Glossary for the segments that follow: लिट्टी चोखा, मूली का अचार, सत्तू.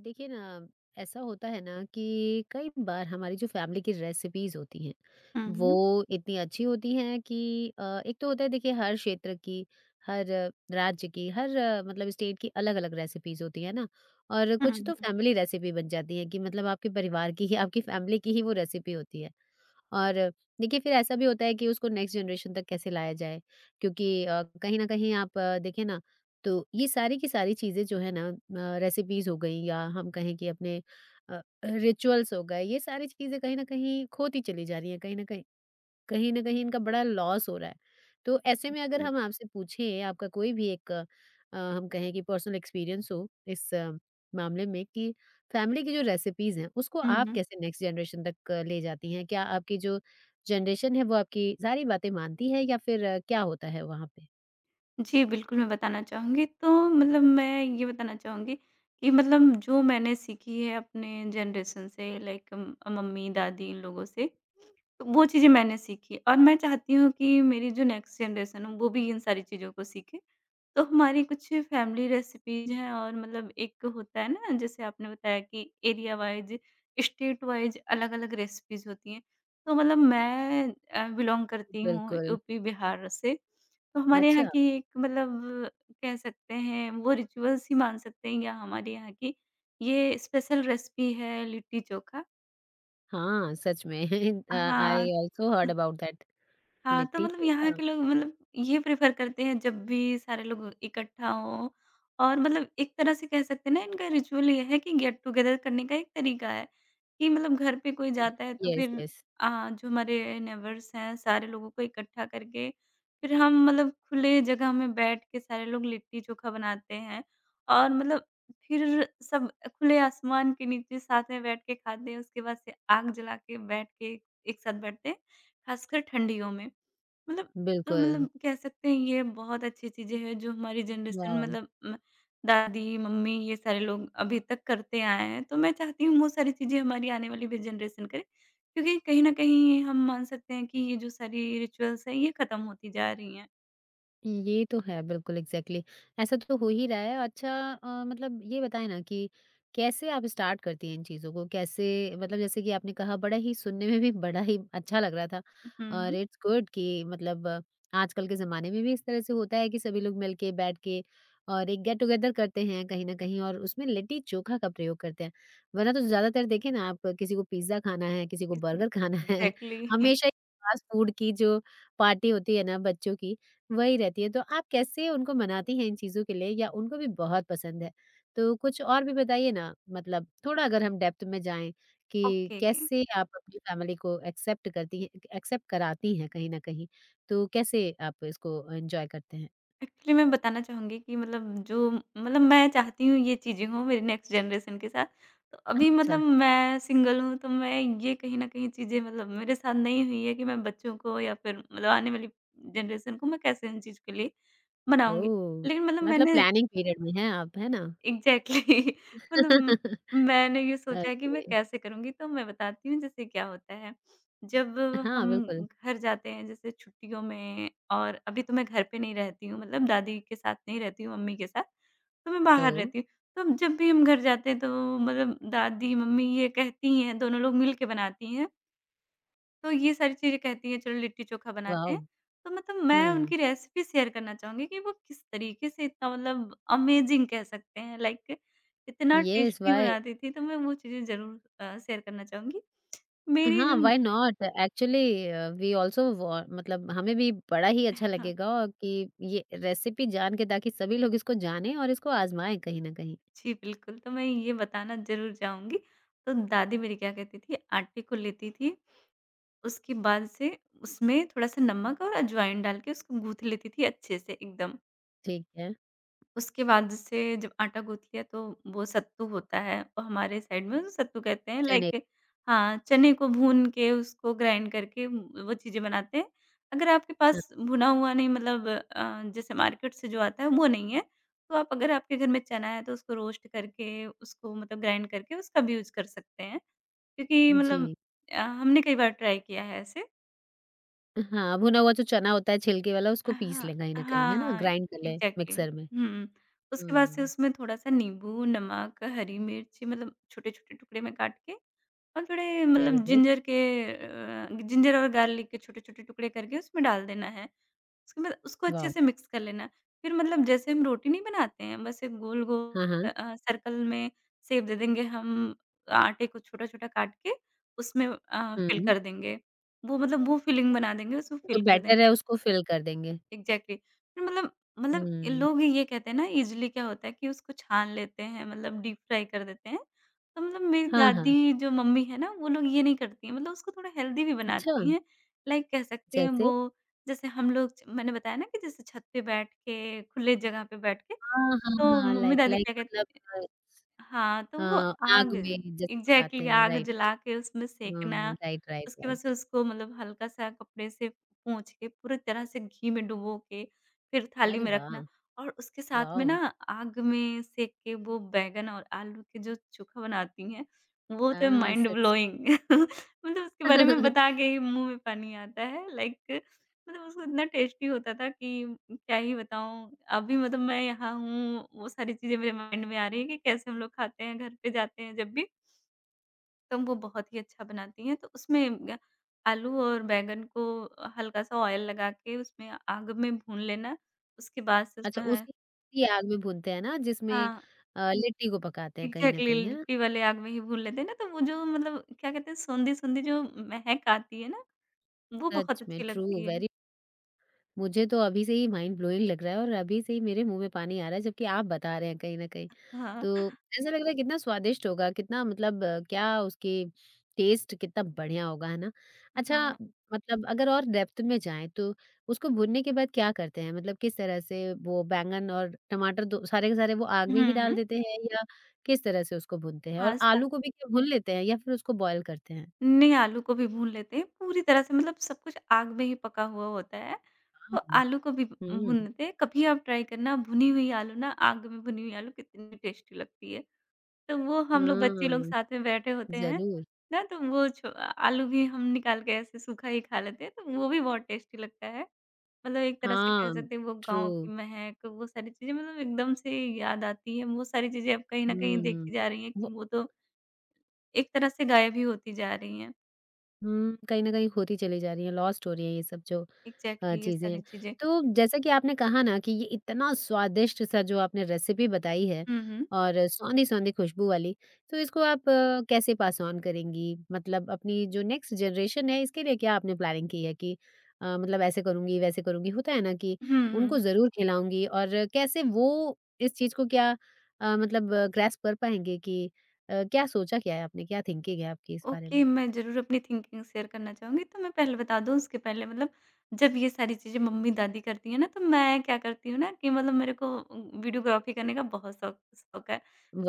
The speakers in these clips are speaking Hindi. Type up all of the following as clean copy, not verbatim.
देखिए ना, ऐसा होता है ना कि कई बार हमारी जो फैमिली की रेसिपीज़ होती हैं, हुँ, वो हुँ। इतनी अच्छी होती हैं कि एक तो होता है देखिए हर क्षेत्र की, हर राज्य की, हर मतलब स्टेट की अलग-अलग रेसिपीज़ होती हैं ना, और हुँ, कुछ तो हुँ। फैमिली रेसिपी बन जाती हैं कि मतलब आपके परिवार की ही, आपकी फैमिली की ही वो रेसिपी होती है। और देखिए फिर ऐसा भी होता है कि उसको नेक्स्ट जनरेशन तक कैसे लाया जाए क्योंकि कहीं न कहीं आप देखें ना तो ये सारी की सारी चीज़ें जो है ना रेसिपीज़ हो गई या हम कहें कि अपने रिचुअल्स हो गए ये सारी चीज़ें कहीं न कहीं खोती चली जा रही हैं, कहीं न कहीं इनका बड़ा लॉस हो रहा है। तो ऐसे में अगर जी। हम आपसे पूछें आपका कोई भी एक हम कहें कि पर्सनल एक्सपीरियंस हो इस मामले में कि फैमिली की जो रेसिपीज़ हैं, उसको हुँ, आप हुँ। कैसे नेक्स्ट जनरेशन तक ले जाती हैं? क्या आपकी जो जनरेशन है वो आपकी सारी बातें मानती है या फिर क्या होता है वहाँ पे? जी, बिल्कुल मैं बताना चाहूँगी। तो मतलब मैं ये बताना चाहूँगी कि मतलब जो मैंने सीखी है अपने जनरेशन से लाइक मम्मी, दादी इन लोगों से, तो वो चीज़ें मैंने सीखी और मैं चाहती हूँ कि मेरी जो नेक्स्ट जनरेशन हो वो भी इन सारी चीज़ों को सीखे। तो हमारी कुछ फैमिली रेसिपीज़ हैं और मतलब एक होता है ना जैसे आपने बताया कि एरिया वाइज़, स्टेट वाइज़ अलग-अलग रेसिपीज़ होती हैं। तो मतलब मैं बिलॉन्ग करती हूँ बिल्कुल। यूपी, बिहार से। तो हमारे यहाँ अच्छा। की एक मतलब कह सकते हैं वो रिचुअल्स ही मान सकते हैं या हमारे यहाँ की ये स्पेशल रेसिपी है लिट्टी चोखा। हाँ, सच में हाँ। आई आल्सो हर्ड हाँ। अबाउट दैट हाँ, तो लिट्टी मतलब यहाँ चोखा। के लोग मतलब ये प्रेफ़र करते हैं जब भी सारे लोग इकट्ठा हों और मतलब एक तरह से कह सकते हैं ना इनका रिचुअल ये है कि गेट टुगेदर करने का एक तरीका है, कि मतलब घर पे कोई जाता है तो यस, फिर यस। जो हमारे नेबर्स हैं सारे लोगों को इकट्ठा करके फिर हम मतलब खुले जगह में बैठ के सारे लोग लिट्टी-चोखा बनाते हैं और मतलब फिर सब खुले आसमान के नीचे साथ में बैठ के खाते हैं, उसके बाद से आग जला के बैठ के एक साथ बैठते हैं, ख़ासकर ठंडियों में। मतलब तो बिल्कुल। मतलब कह सकते हैं ये बहुत अच्छी चीज़ें हैं जो हमारी जनरेशन वाओ! मतलब म दादी, मम्मी ये सारे लोग अभी तक करते आए हैं। तो मैं चाहती हूँ वो सारी चीज़ें हमारी आने वाली भी जनरेशन करे। क्योंकि कहीं न कहीं हम मान सकते हैं कि ये जो सारी रिचुअल्स हैं ये खत्म होती जा रही हैं। ये तो है बिल्कुल एग्जैक्टली exactly. ऐसा तो हो ही रहा है। अच्छा मतलब ये बताएं ना कि कैसे आप स्टार्ट करती हैं इन चीज़ों को कैसे मतलब जैसे कि आपने कहा बड़ा ही सुनने में भी बड़ा ही अच्छा लग रहा था हुँ, और हुँ। इट्स गुड कि मतलब आजकल के ज़माने में भी इस तरह से होता है कि सभी लोग मिलके बैठ के और एक गेट टुगेदर करते हैं कहीं ना कहीं और उसमें लिट्टी चोखा का प्रयोग करते हैं। वरना तो ज़्यादातर देखें ना आप, किसी को पिज्ज़ा खाना है, किसी को किसी बर्गर खाना है, एग्ज़ैक्टली हमेशा फास्ट फूड की जो पार्टी होती है ना बच्चों की वही रहती है, तो आप कैसे उनको मनाती हैं इन चीज़ों के लिए, या उनको भी बहुत पसंद है? तो कुछ और भी बताइए ना, मतलब थोड़ा अगर हम डेप्थ में जाएँ कि ओके। कैसे आप अपनी फैमिली को एक्सेप्ट करती हैं एक्सेप्ट कराती हैं कहीं न कहीं, तो कैसे आप इसको एन्जॉय करते हैं? एक्चुअली मैं बताना चाहूँगी कि मतलब जो मतलब मैं चाहती हूँ ये चीज़ें हों मेरी नेक्स्ट जनरेशन के साथ। तो अभी अच्छा, मतलब मैं सिंगल हूँ तो मैं ये कहीं न कहीं चीज़ें मतलब मेरे साथ नहीं हुई है कि मैं बच्चों को या फिर मतलब आने वाली जनरेशन को मैं कैसे इन चीज़ के लिए मनाऊँगी। ओह! लेकिन मतलब मतलब मैंने प्लानिंग पीरियड में हैं आप, है ना? एग्ज़ैक्टली मतलब मैंने ये सोचा कि मैं ओके, कैसे करूँगी, तो मैं बताती हूँ जैसे क्या होता है। जब हाँ, हम बिल्कुल। घर जाते हैं जैसे छुट्टियों में और अभी तो मैं घर पे नहीं रहती हूँ मतलब दादी के साथ नहीं रहती हूँ, मम्मी के साथ, तो मैं बाहर ओह! रहती हूँ। तो जब भी हम घर जाते हैं तो मतलब दादी, मम्मी ये कहती हैं, दोनों लोग मिल के बनाती हैं तो ये सारी चीज़ें कहती हैं चलो लिट्टी-चोखा बनाते वॉव! हैं। तो मतलब मैं हुँ। उनकी रेसिपी शेयर करना चाहूँगी कि वो किस तरीके से इतना मतलब अमेज़िंग कह सकते हैं लाइक इतना येस, टेस्टी वाह! बनाती थी, तो मैं वो चीज़ें ज़रूर शेयर करना चाहूँगी। मेरी हाँ, जो why not? Actually we also व मतलब हमें भी बड़ा ही अच्छा हाँ, लगेगा और कि ये रेसिपी जान के, ताकि सभी लोग इसको जानें और इसको आज़माएँ कहीं न कहीं। जी बिल्कुल, तो मैं ये बताना ज़रूर चाहूँगी। तो दादी मेरी क्या कहती थी आटे को लेती थी, उसके बाद से उसमें थोड़ा-सा नमक और अजवाइन डाल के उसको गूँथ लेती थी अच्छे से एकदम। ठीक है, उसके बाद से जब आटा गूँथ लिया तो वो सत्तू होता है और हमारे साइड में उसे सत्तू कहते हैं चने लाइक हाँ, चने को भून के उसको ग्राइंड करके वो चीज़ें बनाते हैं। अगर आपके हाँ, पास भुना हुआ नहीं मतलब जैसे मार्केट से जो आता है वो नहीं है, तो आप अगर आपके घर में चना है तो उसको रोस्ट करके उसको मतलब ग्राइंड करके उसका भी यूज़ कर सकते हैं। क्योंकि मतलब जी। हमने कई बार ट्राई किया है ऐसे। हाँ, भुना हुआ जो चना होता है छिलके वाला उसको पीस हाँ, लें कहीं न हाँ, कहीं, है ना? हाँ, ग्राइंड कर लें एग्ज़ैक्टली। मिक्सर में। हुँ, उसके बाद से हुँ, उसमें थोड़ा-सा नींबू, नमक, हरी मिर्च मतलब छोटे-छोटे टुकड़े में काट के और थोड़े मतलब वेरी गुड, जिंजर और गार्लिक के छोटे-छोटे टुकड़े करके उसमें डाल देना है। उसके बाद उसको अच्छे वॉव! से मिक्स कर लेना है। फिर मतलब जैसे हम रोटी नहीं बनाते हैं, बस एक गोल-गोल हाँ, हाँ। सर्कल में शेप दे देंगे हम आटे को छोटा-छोटा काट के उसमें फ़िल हुँ, कर देंगे। वो मतलब वो फ़िलिंग बना देंगे, उसको जो फ़िल कर देंगे। बैटर है उसको फिल कर देंगे। एग्ज़ैक्टली फिर मतलब मतलब ये हुँ, लोग ये कहते हैं ना इज़िली क्या होता है कि उसको छान लेते हैं मतलब डीप फ्राई कर देते हैं। तो मतलब मेरी हाँ, हाँ। दादी जो मम्मी है ना, वो लोग ये नहीं करती हैं मतलब उसको थोड़ा हेल्दी भी अच्छा, बनाती हैं। लाइक कह सकते हैं जैसे? वो जैसे हम लोग मैंने बताया ना कि जैसे छत पे बैठ के खुले जगह पे बैठ के हाँ, हाँ, तो हाँ, लाइक मम्मी-दादी लाइक क्या मतलब कहती हाँ, तो वो आग आग में जैसे पकाते एग्ज़ैक्टली हैं, आग राइट। जला के उसमें सेंकना, हाँ, राइट, राइट, उसकी वजह से राइट। उसको मतलब हल्का-सा कपड़े से पोंछ के पूरी तरह से घी में डुबो के फिर थाली अरे में वाह! रखना और उसके साथ में ना वॉव! आग में सेंक के वो बैंगन और आलू के जो चोखा बनाती हैं, वो तो हाँ, माइंड सच। ब्लोइंग मतलब उसके बारे में बता के ही मुँह में पानी आता है लाइक मतलब उसको इतना टेस्टी होता था कि क्या ही बताऊँ। अभी मतलब मैं यहाँ हूँ, वो सारी चीज़ें मेरे माइंड में आ रही हैं कि कैसे हम लोग खाते हैं, घर पे जाते हैं जब भी, तो वो बहुत ही अच्छा बनाती हैं। तो उसमें ग आलू और बैंगन को हल्का-सा ऑयल लगा के उसमें आग में भून लेना। उसके बाद से अच्छा, उसमें है उसी उसी आग में भूनते हैं ना, जिसमें हाँ, लिट्टी को पकाते हैं कहीं न एग्ज़ैक्टली कहीं, है ना? लिट्टी वाले आग में ही भून लेते हैं ना, तो वो जो मतलब क्या कहते हैं, सोंधी-सोंधी जो महक आती है ना, वो बहुत सच में, अच्छी ट्रू, लगती है। वेरी मुझे तो अभी से ही माइंड ब्लोइंग लग रहा है और अभी से ही मेरे मुँह में पानी आ रहा है, जबकि आप बता रहे हैं कहीं न कहीं। हाँ, तो ऐसा लग रहा है कितना स्वादिष्ट होगा, कितना मतलब क्या उसकी टेस्ट कितना बढ़िया होगा, है ना? अच्छा हाँ। मतलब अगर और डेप्थ में जाएँ तो उसको भूनने के बाद क्या करते हैं? मतलब किस तरह से वो बैंगन और टमाटर दो सारे के सारे वो आग में ही हुँ, डाल हुँ। देते हैं या किस तरह से उसको भूनते हैं? और हाँ, स आलू को भी क्या भून लेते हैं या फिर उसको बॉयल करते हैं? नहीं, आलू को भी भून लेते हैं, पूरी तरह से मतलब सब कुछ आग में ही पका हुआ होता है, तो हाँ। आलू को भी हुँ। भून लेते हैं। कभी आप ट्राई करना भुनी हुई आलू ना आग में भुनी हुई आलू कितनी टेस्टी लगती है। तो वो हम लोग बच्चे लोग हाँ, साथ में बैठे होते हैं ज़रूर। ना, तो वो छो आलू भी हम निकाल के ऐसे सूखा ही खा लेते हैं, तो वो भी बहुत टेस्टी लगता है। मतलब एक तरह से कह हाँ, सकते हैं वो ट्रू। गाँव की महक, वो सारी चीज़ें मतलब एकदम से याद आती हैं। वो सारी चीज़ें अब कहीं न कहीं हुँ। देखी जा रही हैं कि वो वो तो एक तरह से गायब ही होती जा रही हैं। हुँ, कहीं न कहीं खोती चली जा रही है, लॉस्ट हो रही है ये सब जो एग्ज़ैक्टली ये सारी चीज़ें। चीज़ें। तो जैसा कि आपने कहा ना कि ये इतना स्वादिष्ट सा जो आपने रेसिपी बताई है हुँ, हुँ। और सौंधी-सौंधी खुशबू वाली, तो इसको आप कैसे पास ऑन करेंगी? मतलब अपनी जो नेक्स्ट जनरेशन है इसके लिए क्या आपने प्लानिंग की है कि मतलब ऐसे करूँगी, वैसे करूँगी? होता है ना कि हुँ, हुँ। उनको ज़रूर खिलाऊँगी, और कैसे वो इस चीज़ को क्या मतलब ग्रैस्प कर पाएँगे कि क्या सोचा क्या है आपने? क्या थिंकिंग है आपकी इस बारे ओके, में? मैं ज़रूर अपनी थिंकिंग शेयर करना चाहूँगी। तो मैं पहले बता दूँ उसके पहले मतलब जब ये सारी चीज़ें मम्मी-दादी करती हैं ना, तो मैं क्या करती हूँ ना कि मतलब मेरे को वीडियोग्राफ़ी करने का बहुत शौक शौक है।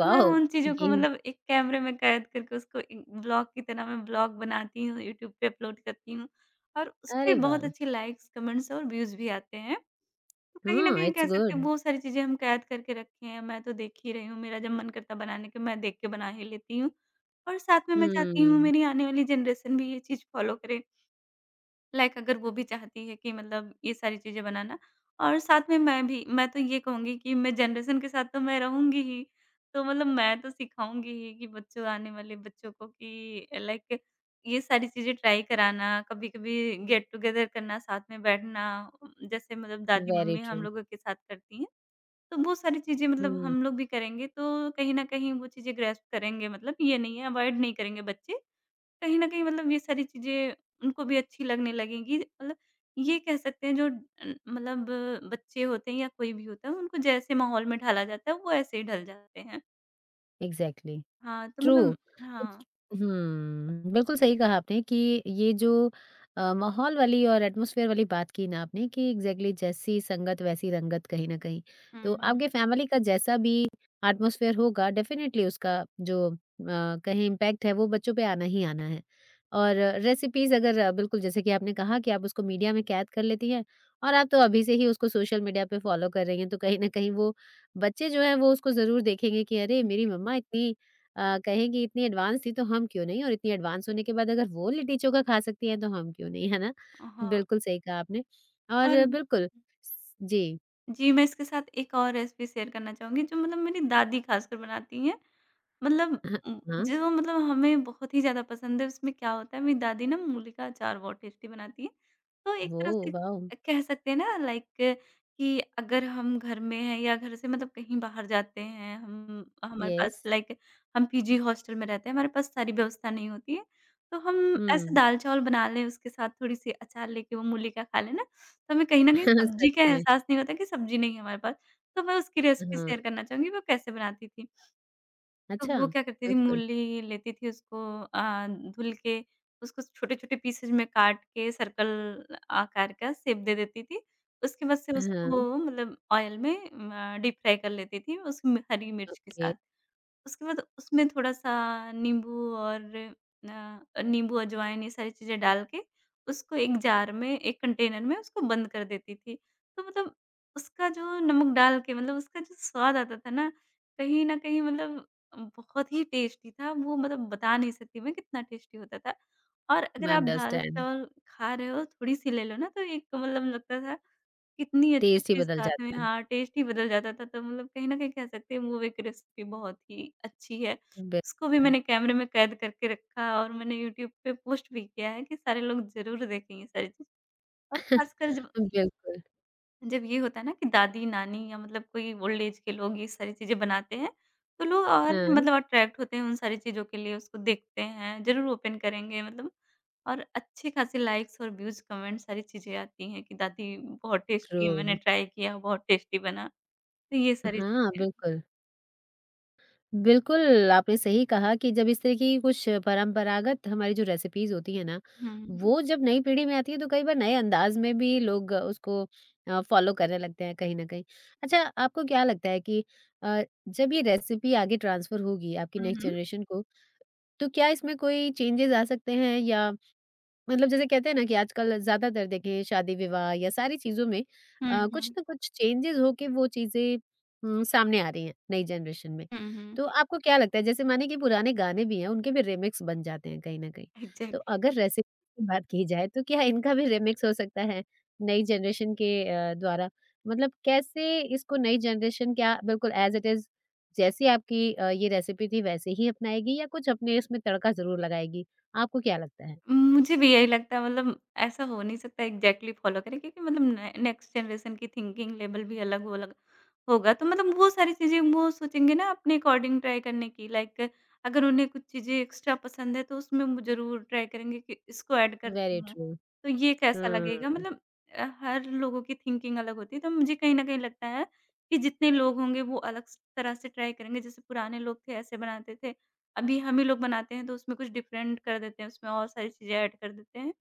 तो मैं उन चीज़ों को ये मतलब एक कैमरे में कैद करके उसको एक ब्लॉग की तरह मैं ब्लॉग बनाती हूँ, यूट्यूब पे अपलोड करती हूँ और उसपे अरे वाह! बहुत अच्छे लाइक्स, कमेंट्स और व्यूज़ भी आते हैं। तो कहीं न हाँ, कहीं इट्स कह सकते हैं गुड। बहुत सारी चीज़ें हम कैद करके रखे हैं, मैं तो देख ही रही हूँ, मेरा जब मन करता है बनाने का मैं देख के बना ही लेती हूँ। और साथ में मैं चाहती हूँ Hmm. मेरी आने वाली जनरेशन भी ये चीज़ फ़ॉलो करे। लाइक अगर वो भी चाहती है कि मतलब ये सारी चीज़ें बनाना और साथ में मैं तो ये कहूँगी कि मैं जनरेशन के साथ तो मैं रहूँगी ही। तो मतलब मैं तो सिखाऊँगी ही कि बच्चों आने वाले बच्चों को कि लाइक ये सारी चीज़ें ट्राई कराना, कभी-कभी गेट टुगेदर करना, साथ में बैठना जैसे मतलब Very दादी-मम्मी हम true. लोगों के साथ करती हैं। तो वो सारी चीज़ें मतलब Hmm. हम लोग भी करेंगे तो कहीं न कहीं वो चीज़ें ग्रैस्प करेंगे मतलब ये नहीं है अवॉइड नहीं करेंगे बच्चे। कहीं न कहीं मतलब ये सारी चीज़ें उनको भी अच्छी लगने लगेंगी। मतलब ये कह सकते हैं जो मतलब बच्चे होते हैं या कोई भी होता है उनको जैसे माहौल में ढाला जाता है वो ऐसे ही ढल जाते हैं। Exactly. हाँ, तो ट्रू। मतलब हाँ। इट्स हुँ, बिल्कुल सही कहा आपने कि ये जो माहौल वाली और एटमॉस्फेयर वाली बात की ना आपने कि एग्ज़ैक्टली जैसी संगत वैसी रंगत कहीं न कहीं। हुँ, तो हुँ। आपके फैमिली का जैसा भी एटमॉस्फेयर होगा, डेफ़िनेटली उसका जो कहें इम्पैक्ट है वो बच्चों पे आना ही आना है। और रेसिपीज़ अगर बिल्कुल जैसे कि आपने कहा कि आप उसको मीडिया में कैद कर लेती हैं और आप तो अभी से ही उसको सोशल मीडिया पे फ़ॉलो कर रही हैं, तो कहीं न कहीं वो बच्चे जो हैं वो उसको ज़रूर देखेंगे कि अरे! मेरी जी। मम्मा इतनी कहें कि इतनी एडवांस थी, तो हम क्यों नहीं, और इतनी एडवांस होने के बाद अगर वो लिट्टी चोखा खा सकती हैं तो हम क्यों नहीं, है ना? हाँ, बिल्कुल सही कहा आपने और और बिल्कुल स जी। जी, मैं इसके साथ एक और रेसिपी शेयर करना चाहूँगी जो मतलब मेरी दादी खासकर बनाती हैं। मतलब हाँ, उम, हाँ। जो मतलब हमें बहुत ही ज़्यादा पसंद है, उसमें क्या होता है मेरी दादी ना मूली का अचार बहुत टेस्टी बनाती है। तो एक तरह ओह से वाओ! कह सकते हैं ना लाइक कि अगर हम घर में हैं या घर से मतलब कहीं बाहर जाते हैं, हम हमारे येस। पास लाइक हम पीजी हॉस्टल में रहते हैं, हमारे पास सारी व्यवस्था नहीं होती है। तो हम ऐसे हुँ। दाल-चावल बना लें, उसके साथ थोड़ी-सी अचार लेके वो मूली का खा लें ना, तो हमें कहीं न कहीं सच सब्ज़ी का में। एहसास नहीं होता कि सब्ज़ी नहीं है हमारे पास। तो मैं उसकी रेसिपी हाँ। शेयर करना चाहूँगी, वो कैसे बनाती थी। तो अच्छा, वो क्या करती थी बिल्कुल। मूली लेती थी उसको अ, धुल के उसको छोटे-छोटे पीसेज में काट के सर्कल आकार का शेप दे देती थी। उसके बाद से हाँ, उसको मतलब ऑयल में डीप फ्राई कर लेती थी उस हरी मिर्च के ओके। साथ। उसके बाद उसमें थोड़ा-सा नींबू और नींबू, अजवाइन ये सारी चीज़ें डाल के उसको एक जार में, एक कंटेनर में उसको बंद कर देती थी। तो मतलब उसका जो नमक डाल के मतलब उसका जो स्वाद आता था ना, कहीं न कहीं मतलब बहुत ही टेस्टी था। वो मतलब बता नहीं सकती मैं कितना टेस्टी होता था। और अगर मैं आप अंडरस्टैंड। दाल-चावल खा रहे हो, थोड़ी-सी ले लो ना तो एक मतलब लगता था इतनी टेस्ट ही अच्छी-अच्छी बदल साथ में, जाता है। हाँ, टेस्ट ही बदल जाता था तो मतलब कहीं न कहीं कह सकते हैं वो एक रेसिपी बहुत ही अच्छी है। उसको भी बिल्कुल। मैंने कैमरे में कैद करके रखा और मैंने यूट्यूब पे पोस्ट भी किया है कि सारे लोग ज़रूर देखें ये सारी चीज़। और ख़ासकर जब बिल्कुल। जब ये होता है ना कि दादी-नानी या मतलब कोई ओल्ड एज के लोग ये सारी चीज़ें बनाते हैं, तो लोग और हाँ, मतलब अट्रैक्ट होते हैं उन सारी चीज़ों के लिए, उसको देखते हैं, ज़रूर ओपन करेंगे मतलब। और अच्छे खासे लाइक्स और व्यूज़, कमेंट्स सारी चीज़ें आती हैं कि दादी बहुत ट्रू। टेस्टी मैंने ट्राई किया, बहुत टेस्टी बना। तो ये सारी हाँ, चीज़ें। बिल्कुल। बिल्कुल, आपने सही कहा कि जब इस तरह की कुछ परंपरागत हमारी जो रेसिपीज़ होती हैं ना, हुँ, हुँ, वो जब नई पीढ़ी में आती है तो कई बार नए अंदाज़ में भी लोग उसको फ़ॉलो करने लगते हैं कहीं न कहीं। अच्छा, आपको क्या लगता है कि अ, जब ये रेसिपी आगे ट्रांसफ़र होगी आपकी नेक्स्ट हुँ, जनरेशन को, तो क्या इसमें कोई चेंजेज़ आ सकते हैं, या मतलब जैसे कहते हैं ना कि आजकल ज़्यादातर देखिए शादी-विवाह या सारी चीज़ों में हुँ, कुछ हुँ, ना कुछ चेंजेज़ होके वो चीज़ें सामने आ रही हैं नई जनरेशन में। हुँ, हुँ, तो आपको क्या लगता है जैसे मानिए कि पुराने गाने भी हैं, उनके भी रीमिक्स बन जाते हैं कहीं न कहीं। तो एग्ज़ैक्टली। अगर रेसिपी की बात की जाए तो क्या इनका भी रीमिक्स हो सकता है नई जनरेशन के द्वारा? मतलब कैसे इसको नई जनरेशन, क्या बिल्कुल एज़ इट इज़ जैसी आपकी ये रेसिपी थी वैसे ही अपनाएगी, या कुछ अपने इसमें तड़का ज़रूर लगाएगी? आपको क्या लगता है? मुझे भी यही लगता है मतलब ऐसा हो नहीं सकता एग्ज़ैक्टली फ़ॉलो करें क्योंकि मतलब ने नेक्स्ट जनरेशन की थिंकिंग लेवल भी अलग होगा, तो मतलब वो सारी चीज़ें वो सोचेंगे ना अपने अकॉर्डिंग ट्राई करने की, लाइक अगर उन्हें कुछ चीज़ें एक्स्ट्रा पसंद है तो उसमें वो ज़रूर ट्राई करेंगे कि इसको ऐड करती वेरी हूँ, ट्रू। तो ये कैसा लगेगा हुँ, मतलब। हर लोगों की थिंकिंग अलग होती है, तो मुझे कहीं न कहीं लगता है कि जितने लोग होंगे वो अलग स तरह से ट्राई करेंगे। जैसे पुराने लोग थे ऐसे बनाते थे, अभी हम ही लोग बनाते हैं तो उसमें कुछ डिफरेंट कर देते हैं, उसमें और सारी चीज़ें ऐड कर देते हैं।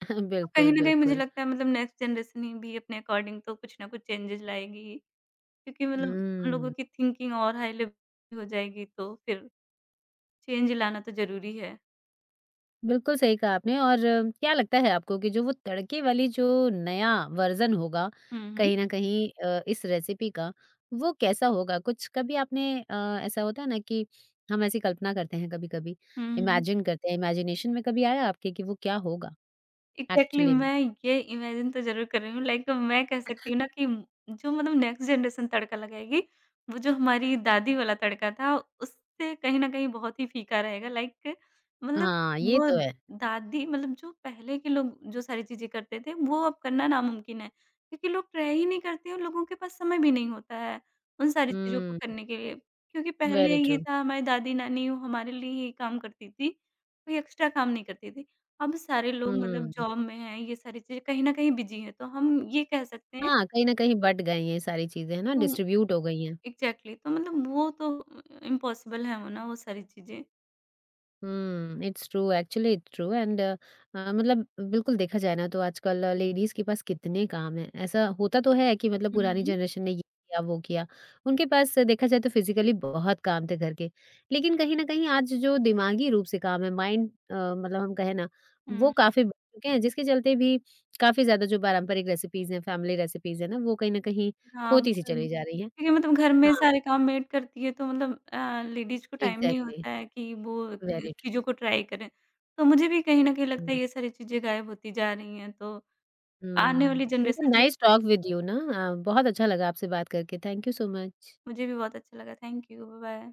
तो कहीं बिल्कुल, न कहीं मुझे बिल्कुल। लगता है मतलब नेक्स्ट जनरेशन ही भी अपने अकॉर्डिंग तो कुछ ना कुछ चेंजेज़ लाएगी ही। क्योंकि मतलब हम लोगों हुँ, की थिंकिंग और हाई लेवल हो जाएगी तो फिर चेंज लाना तो ज़रूरी है। बिल्कुल सही कहा आपने और क्या लगता है आपको कि जो वो तड़के वाली जो नया वर्ज़न होगा, हुँ, हुँ। कहीं न कहीं इस रेसिपी का, वो कैसा होगा? कुछ कभी आपने ऐसा होता है ना कि हम ऐसी कल्पना करते हैं कभी-कभी, हुँ, हुँ, इमेजिन करते हैं, इमेजिनेशन में कभी आया आपके कि वो क्या होगा एग्ज़ैक्टली। एक्चुअली में? मैं ये इमेजिन तो ज़रूर कर रही हूँ, लाइक मैं कह सकती हूँ ना कि जो मतलब नेक्स्ट जनरेशन तड़का लगाएगी, वो जो हमारी दादी वाला तड़का था उससे कहीं न कहीं बहुत ही फीका रहेगा लाइक मतलब हाँ, ये वो तो है। दादी मतलब जो पहले के लोग जो सारी चीज़ें करते थे वो अब करना नामुमकिन है, क्योंकि लोग ट्राई ही नहीं करते और लोगों के पास समय भी नहीं होता है, उन सारी चीज़ों को हुँ, करने के लिए। क्योंकि पहले वेरी ये ट्रू। था हमारी दादी-नानी हमारे लिए ही काम करती थी, कोई एक्स्ट्रा काम नहीं करती थी। अब सारे लोग मतलब हुँ। जॉब में हैं, ये सारी चीज़ें कहीं न कहीं बिज़ी हैं, तो हम ये कह सकते हैं। हाँ, कहीं न कहीं बँट गई हैं ये सारी चीज़ें, है ना? तो डिस्ट्रीब्यूट हो गई हैं। एग्ज़ैक्टली तो मतलब वो तो इम्पॉसिबल है होना वो सारी चीज़ें। हुँ, it's true actually it's true and मतलब बिल्कुल देखा जाए ना तो आजकल लेडीज़ के पास कितने काम हैं। ऐसा होता तो है कि मतलब हुँ, पुरानी हुँ। जनरेशन ने ये किया, वो किया। उनके पास देखा जाए तो फिज़िकली बहुत काम थे घर के। लेकिन कहीं न कहीं आज जो दिमागी रूप से काम है माइंड मतलब हम कहें ना वो हुँ, हुँ। काफ़ी बढ़ चुके हैं, जिसके चलते भी काफ़ी ज़्यादा जो पारंपरिक रेसिपीज़ हैं, फैमिली रेसिपीज़ हैं ना वो कहीं न कहीं हाँ, खोती-सी फ़ोन में चली जा रही हैं। क्योंकि मतलब घर में हाँ, सारे काम मेड करती है तो मतलब लेडीज़ को टाइम नहीं एग्ज़ैक्टली होता है कि वो वेरी ट्रू। चीज़ों को ट्राई करें। तो मुझे भी कहीं न कहीं हुँ। लगता है ये सारी चीज़ें गायब होती जा रही हैं, तो आने हुँ, वाली इट वाज़ जनरेशन से नाइस टॉक विद यू ना बहुत अच्छा लगा आपसे बात करके, थैंक यू सो मच। मुझे भी बहुत अच्छा लगा। Thank you, bye-bye.